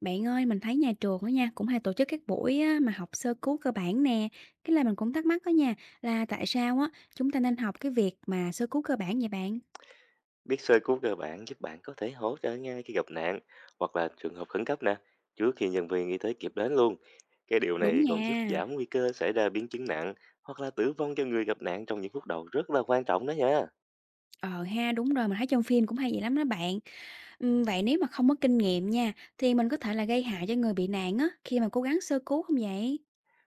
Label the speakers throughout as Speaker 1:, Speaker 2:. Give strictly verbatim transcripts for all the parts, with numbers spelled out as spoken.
Speaker 1: Bạn ơi, mình thấy nhà trường đó nha, cũng hay tổ chức các buổi á, mà học sơ cứu cơ bản nè. Cái là mình cũng thắc mắc đó nha, là tại sao á chúng ta nên học cái việc mà sơ cứu cơ bản vậy bạn?
Speaker 2: Biết sơ cứu cơ bản giúp bạn có thể hỗ trợ ngay khi gặp nạn hoặc là trường hợp khẩn cấp nè, trước khi nhân viên y tế kịp đến luôn. Cái điều
Speaker 1: Đúng
Speaker 2: này còn giúp
Speaker 1: nha.
Speaker 2: giảm nguy cơ xảy ra biến chứng nặng hoặc là tử vong cho người gặp nạn trong những phút đầu rất là quan trọng đó nha.
Speaker 1: Ờ ha, đúng rồi, mình thấy trong phim cũng hay vậy lắm đó bạn. Ừm, vậy nếu mà không có kinh nghiệm nha, thì mình có thể là gây hại cho người bị nạn á khi mà cố gắng sơ cứu không vậy?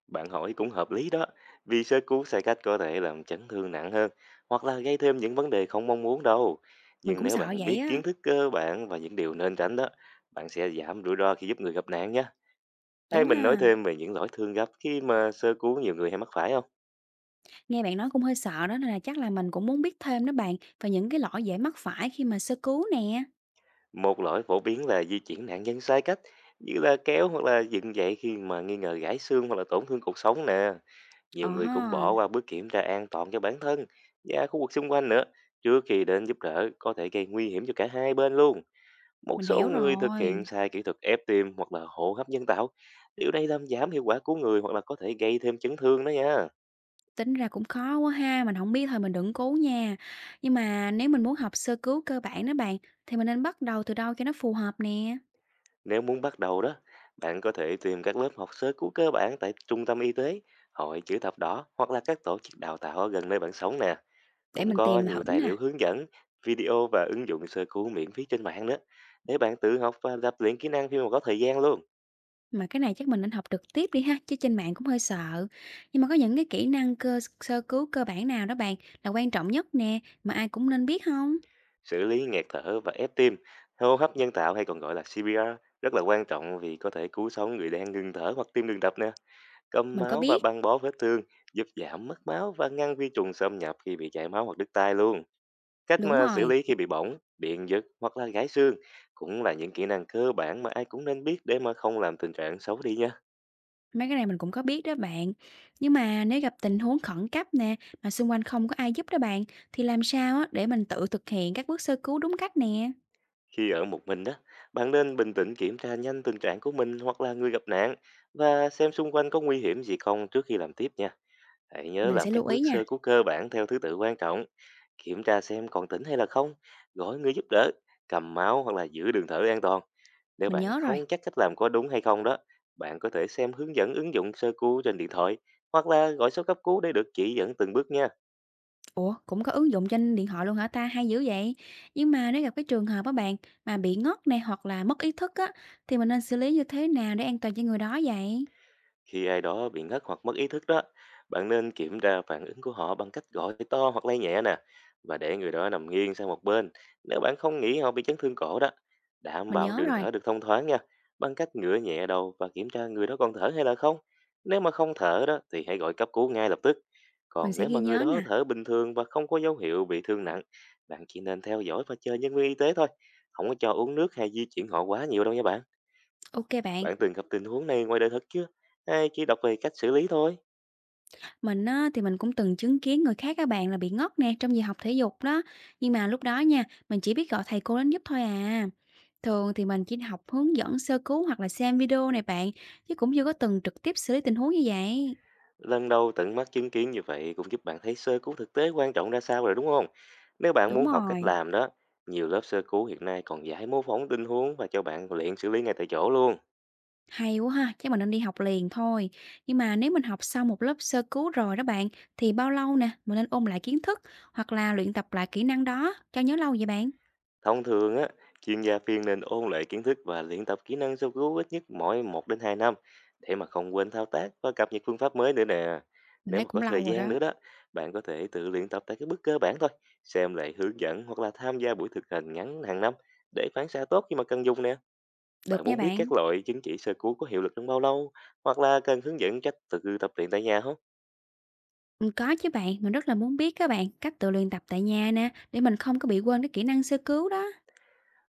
Speaker 2: Bạn hỏi cũng hợp lý đó, vì sơ cứu sai cách có thể làm chấn thương nặng hơn hoặc là gây thêm những vấn đề không mong muốn đâu.
Speaker 1: Mình
Speaker 2: Nhưng
Speaker 1: cũng
Speaker 2: nếu
Speaker 1: sợ
Speaker 2: bạn
Speaker 1: vậy
Speaker 2: biết kiến
Speaker 1: á.
Speaker 2: thức cơ bản và những điều nên tránh đó, bạn sẽ giảm rủi ro khi giúp người gặp nạn nhé. Hay
Speaker 1: Đúng
Speaker 2: mình nói
Speaker 1: ha.
Speaker 2: thêm về những lỗi thương gặp khi mà sơ cứu nhiều người hay mắc phải không?
Speaker 1: Nghe bạn nói cũng hơi sợ đó nên là chắc là mình cũng muốn biết thêm đó bạn về những cái lỗi dễ mắc phải khi mà sơ cứu nè.
Speaker 2: Một lỗi phổ biến là di chuyển nạn nhân sai cách, như là kéo hoặc là dựng dậy khi mà nghi ngờ gãy xương hoặc là tổn thương cột sống nè.
Speaker 1: Ờ
Speaker 2: Nhiều người
Speaker 1: ha,
Speaker 2: cũng bỏ qua bước kiểm tra an toàn cho bản thân và khu vực xung quanh nữa, trước khi đến giúp đỡ có thể gây nguy hiểm cho cả hai bên luôn. Một
Speaker 1: mình
Speaker 2: số
Speaker 1: hiểu
Speaker 2: người thực hiện
Speaker 1: rồi.
Speaker 2: sai kỹ thuật ép tim hoặc là hô hấp nhân tạo. Điều này làm giảm hiệu quả cứu người hoặc là có thể gây thêm chấn thương đó nha.
Speaker 1: Tính ra cũng khó quá ha, mình không biết thôi mình đựng cố nha. Nhưng mà nếu mình muốn học sơ cứu cơ bản đó bạn, thì mình nên bắt đầu từ đâu cho nó phù hợp nè?
Speaker 2: Nếu muốn bắt đầu đó, bạn có thể tìm các lớp học sơ cứu cơ bản tại trung tâm y tế, hội chữ thập đỏ hoặc là các tổ chức đào tạo ở gần nơi bạn sống nè.
Speaker 1: Để
Speaker 2: Cũng
Speaker 1: mình
Speaker 2: có
Speaker 1: tìm thử
Speaker 2: nhiều tài
Speaker 1: nè,
Speaker 2: liệu hướng dẫn, video và ứng dụng sơ cứu miễn phí trên mạng nữa. Để bạn tự học và tập luyện kỹ năng khi mà có thời gian luôn.
Speaker 1: mà cái này chắc mình nên học trực tiếp đi ha, chứ trên mạng cũng hơi sợ. Nhưng mà có những cái kỹ năng cơ sơ cứu cơ bản nào đó bạn là quan trọng nhất nè, mà ai cũng nên biết không?
Speaker 2: Xử lý nghẹt thở và ép tim, hô hấp nhân tạo hay còn gọi là xê pê rờ rất là quan trọng vì có thể cứu sống người đang ngừng thở hoặc tim ngừng đập nè. Cầm
Speaker 1: Mình có
Speaker 2: máu và
Speaker 1: biết
Speaker 2: băng bó vết thương giúp giảm mất máu và ngăn vi trùng xâm nhập khi bị chảy máu hoặc đứt tay luôn. Cách
Speaker 1: đúng
Speaker 2: mà xử
Speaker 1: rồi,
Speaker 2: lý khi bị bỏng, điện giật hoặc là gãy xương cũng là những kỹ năng cơ bản mà ai cũng nên biết để mà không làm tình trạng xấu đi nha.
Speaker 1: mấy cái này mình cũng có biết đó bạn. Nhưng mà nếu gặp tình huống khẩn cấp nè, mà xung quanh không có ai giúp đó bạn, thì làm sao á để mình tự thực hiện các bước sơ cứu đúng cách nè?
Speaker 2: Khi ở một mình đó, bạn nên bình tĩnh kiểm tra nhanh tình trạng của mình hoặc là người gặp nạn và xem xung quanh có nguy hiểm gì không trước khi làm tiếp nha. Hãy nhớ
Speaker 1: Mình
Speaker 2: làm
Speaker 1: sẽ
Speaker 2: các
Speaker 1: lưu ý
Speaker 2: bước sơ
Speaker 1: nha,
Speaker 2: cứu cơ bản theo thứ tự quan trọng: kiểm tra xem còn tỉnh hay là không, gọi người giúp đỡ, cầm máu hoặc là giữ đường thở an toàn. Nếu
Speaker 1: mình
Speaker 2: bạn
Speaker 1: nhớ rồi.
Speaker 2: không chắc cách làm có đúng hay không đó, bạn có thể xem hướng dẫn ứng dụng sơ cứu trên điện thoại hoặc là gọi số cấp cứu để được chỉ dẫn từng bước nha.
Speaker 1: Ủa, cũng có ứng dụng trên điện thoại luôn hả ta? Hay dữ vậy. Nhưng mà nếu gặp cái trường hợp á bạn mà bị ngất nè hoặc là mất ý thức á thì mình nên xử lý như thế nào để an toàn cho người đó vậy?
Speaker 2: Khi ai đó bị ngất hoặc mất ý thức đó, bạn nên kiểm tra phản ứng của họ bằng cách gọi to hoặc lay nhẹ nè và để người đó nằm nghiêng sang một bên. Nếu bạn không nghĩ họ bị chấn thương cổ đó, đảm
Speaker 1: Mình
Speaker 2: bảo
Speaker 1: nhớ
Speaker 2: đường
Speaker 1: rồi,
Speaker 2: thở được thông thoáng nha, bằng cách ngửa nhẹ đầu và kiểm tra người đó còn thở hay là không. Nếu mà không thở đó thì hãy gọi cấp cứu ngay lập tức.
Speaker 1: mình
Speaker 2: Còn
Speaker 1: sẽ
Speaker 2: nếu mà
Speaker 1: ghi
Speaker 2: người
Speaker 1: nhớ
Speaker 2: đó
Speaker 1: nè.
Speaker 2: thở bình thường và không có dấu hiệu bị thương nặng, bạn chỉ nên theo dõi và chờ nhân viên y tế thôi. Không có cho uống nước hay di chuyển họ quá nhiều đâu nha bạn.
Speaker 1: Ok bạn,
Speaker 2: Bạn từng gặp tình huống này ngoài đời thật chưa? Hay chỉ đọc về cách xử lý thôi?
Speaker 1: mình á, thì mình cũng từng chứng kiến người khác các bạn là bị ngất nè trong giờ học thể dục đó. Nhưng mà lúc đó nha, mình chỉ biết gọi thầy cô đến giúp thôi à. Thường thì mình chỉ học hướng dẫn sơ cứu hoặc là xem video này bạn, chứ cũng chưa có từng trực tiếp xử lý tình huống như vậy.
Speaker 2: Lần đầu tận mắt chứng kiến như vậy cũng giúp bạn thấy sơ cứu thực tế quan trọng ra sao rồi đúng không? Nếu bạn
Speaker 1: Đúng
Speaker 2: muốn học cách
Speaker 1: rồi.
Speaker 2: làm đó, nhiều lớp sơ cứu hiện nay còn giải mô phỏng tình huống và cho bạn luyện xử lý ngay tại chỗ luôn.
Speaker 1: Hay quá ha, chắc mình nên đi học liền thôi. Nhưng mà nếu mình học sau một lớp sơ cứu rồi đó bạn, thì bao lâu nè, mình nên ôn lại kiến thức hoặc là luyện tập lại kỹ năng đó cho nhớ lâu vậy bạn?
Speaker 2: Thông thường á, chuyên gia phiên nên ôn lại kiến thức và luyện tập kỹ năng sơ cứu ít nhất mỗi một đến hai năm để mà không quên thao tác và cập nhật phương pháp mới nữa nè.
Speaker 1: Mình
Speaker 2: Nếu
Speaker 1: thấy
Speaker 2: mà có
Speaker 1: cũng
Speaker 2: thời
Speaker 1: lâu rồi
Speaker 2: gian
Speaker 1: đó.
Speaker 2: nữa đó, bạn có thể tự luyện tập tại các bước cơ bản thôi, xem lại hướng dẫn hoặc là tham gia buổi thực hành ngắn hàng năm để phán xạ tốt khi mà cần dùng nè. Bạn
Speaker 1: Được nha
Speaker 2: muốn biết
Speaker 1: bạn.
Speaker 2: các loại chứng chỉ sơ cứu có hiệu lực trong bao lâu hoặc là cần hướng dẫn cách tự tập luyện tại nhà không?
Speaker 1: Ừ, có chứ bạn, mình rất là muốn biết các bạn cách tự luyện tập tại nhà nè, để mình không có bị quên cái kỹ năng sơ cứu đó.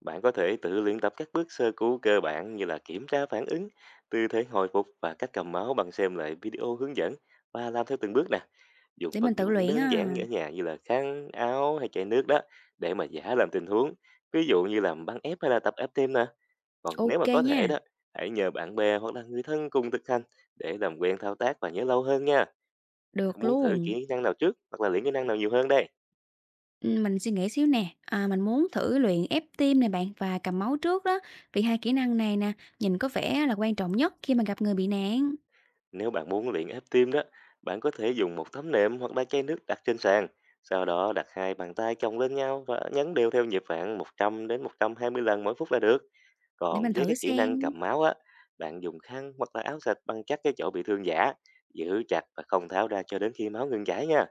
Speaker 2: Bạn có thể tự luyện tập các bước sơ cứu cơ bản như là kiểm tra phản ứng, tư thế hồi phục và cách cầm máu bằng xem lại video hướng dẫn và làm theo từng bước nè. Dùng
Speaker 1: Để mình
Speaker 2: vật
Speaker 1: tự
Speaker 2: dụng
Speaker 1: luyện
Speaker 2: đơn giản
Speaker 1: à.
Speaker 2: ở nhà như là khăn, áo hay chai nước đó để mà giả làm tình huống. Ví dụ như làm băng ép hay là tập ép tim nè. Còn nếu
Speaker 1: Ok
Speaker 2: mà có
Speaker 1: nha,
Speaker 2: thể đó, hãy nhờ bạn bè hoặc là người thân cùng thực hành để làm quen thao tác và nhớ lâu hơn nha. Bạn
Speaker 1: được
Speaker 2: muốn thử
Speaker 1: luôn.
Speaker 2: kỹ năng nào trước hoặc là luyện kỹ năng nào nhiều hơn đây?
Speaker 1: Ừ, mình suy nghĩ xíu nè, à, mình muốn thử luyện ép tim nè bạn và cầm máu trước đó, vì hai kỹ năng này nè, nhìn có vẻ là quan trọng nhất khi mà gặp người bị nạn.
Speaker 2: Nếu bạn muốn luyện ép tim đó, bạn có thể dùng một tấm nệm hoặc là chai nước đặt trên sàn. Sau đó đặt hai bàn tay chồng lên nhau và nhấn đều theo nhịp khoảng một trăm đến một trăm hai mươi lần mỗi phút là được.
Speaker 1: Để
Speaker 2: Còn
Speaker 1: mình
Speaker 2: với
Speaker 1: thử
Speaker 2: cái kỹ
Speaker 1: xem,
Speaker 2: năng cầm máu á, bạn dùng khăn hoặc là áo sạch băng chắc cái chỗ bị thương giả, giữ chặt và không tháo ra cho đến khi máu ngừng chảy nha.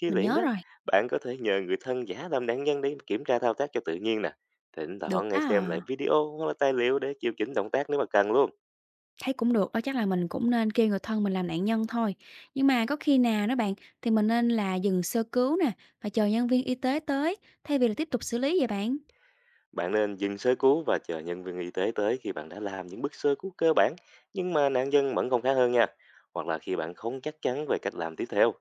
Speaker 2: Khi
Speaker 1: mình
Speaker 2: luyện
Speaker 1: nhớ
Speaker 2: đó,
Speaker 1: rồi,
Speaker 2: bạn có thể nhờ người thân giả làm nạn nhân để kiểm tra thao tác cho tự nhiên nè. Thỉnh
Speaker 1: được
Speaker 2: thoảng
Speaker 1: đó
Speaker 2: hãy xem lại
Speaker 1: à.
Speaker 2: video hoặc là tài liệu để điều chỉnh động tác nếu mà cần luôn.
Speaker 1: Thấy cũng được đó, chắc là mình cũng nên kêu người thân mình làm nạn nhân thôi. Nhưng mà có khi nào đó bạn, thì mình nên là dừng sơ cứu nè, và chờ nhân viên y tế tới, thay vì là tiếp tục xử lý vậy bạn?
Speaker 2: Bạn nên dừng sơ cứu và chờ nhân viên y tế tới khi bạn đã làm những bước sơ cứu cơ bản nhưng mà nạn nhân vẫn không khá hơn nha. Hoặc là khi bạn không chắc chắn về cách làm tiếp theo.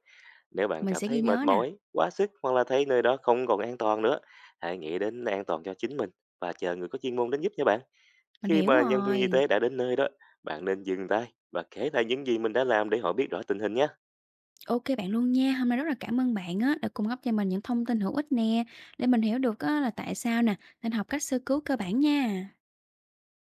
Speaker 2: Nếu bạn
Speaker 1: Mình
Speaker 2: cảm
Speaker 1: sẽ ghi
Speaker 2: thấy mệt
Speaker 1: nhớ nè,
Speaker 2: mỏi, quá sức hoặc là thấy nơi đó không còn an toàn nữa, hãy nghĩ đến an toàn cho chính mình và chờ người có chuyên môn đến giúp nha bạn.
Speaker 1: mình
Speaker 2: Khi
Speaker 1: hiểu
Speaker 2: mà nhân viên y
Speaker 1: rồi.
Speaker 2: tế đã đến nơi đó, bạn nên dừng tay và kể lại những gì mình đã làm để họ biết rõ tình hình nhé.
Speaker 1: OK bạn luôn nha, hôm nay rất là cảm ơn bạn á, đã cung cấp cho mình những thông tin hữu ích nè, để mình hiểu được á là tại sao nè, nên học cách sơ cứu cơ bản nha.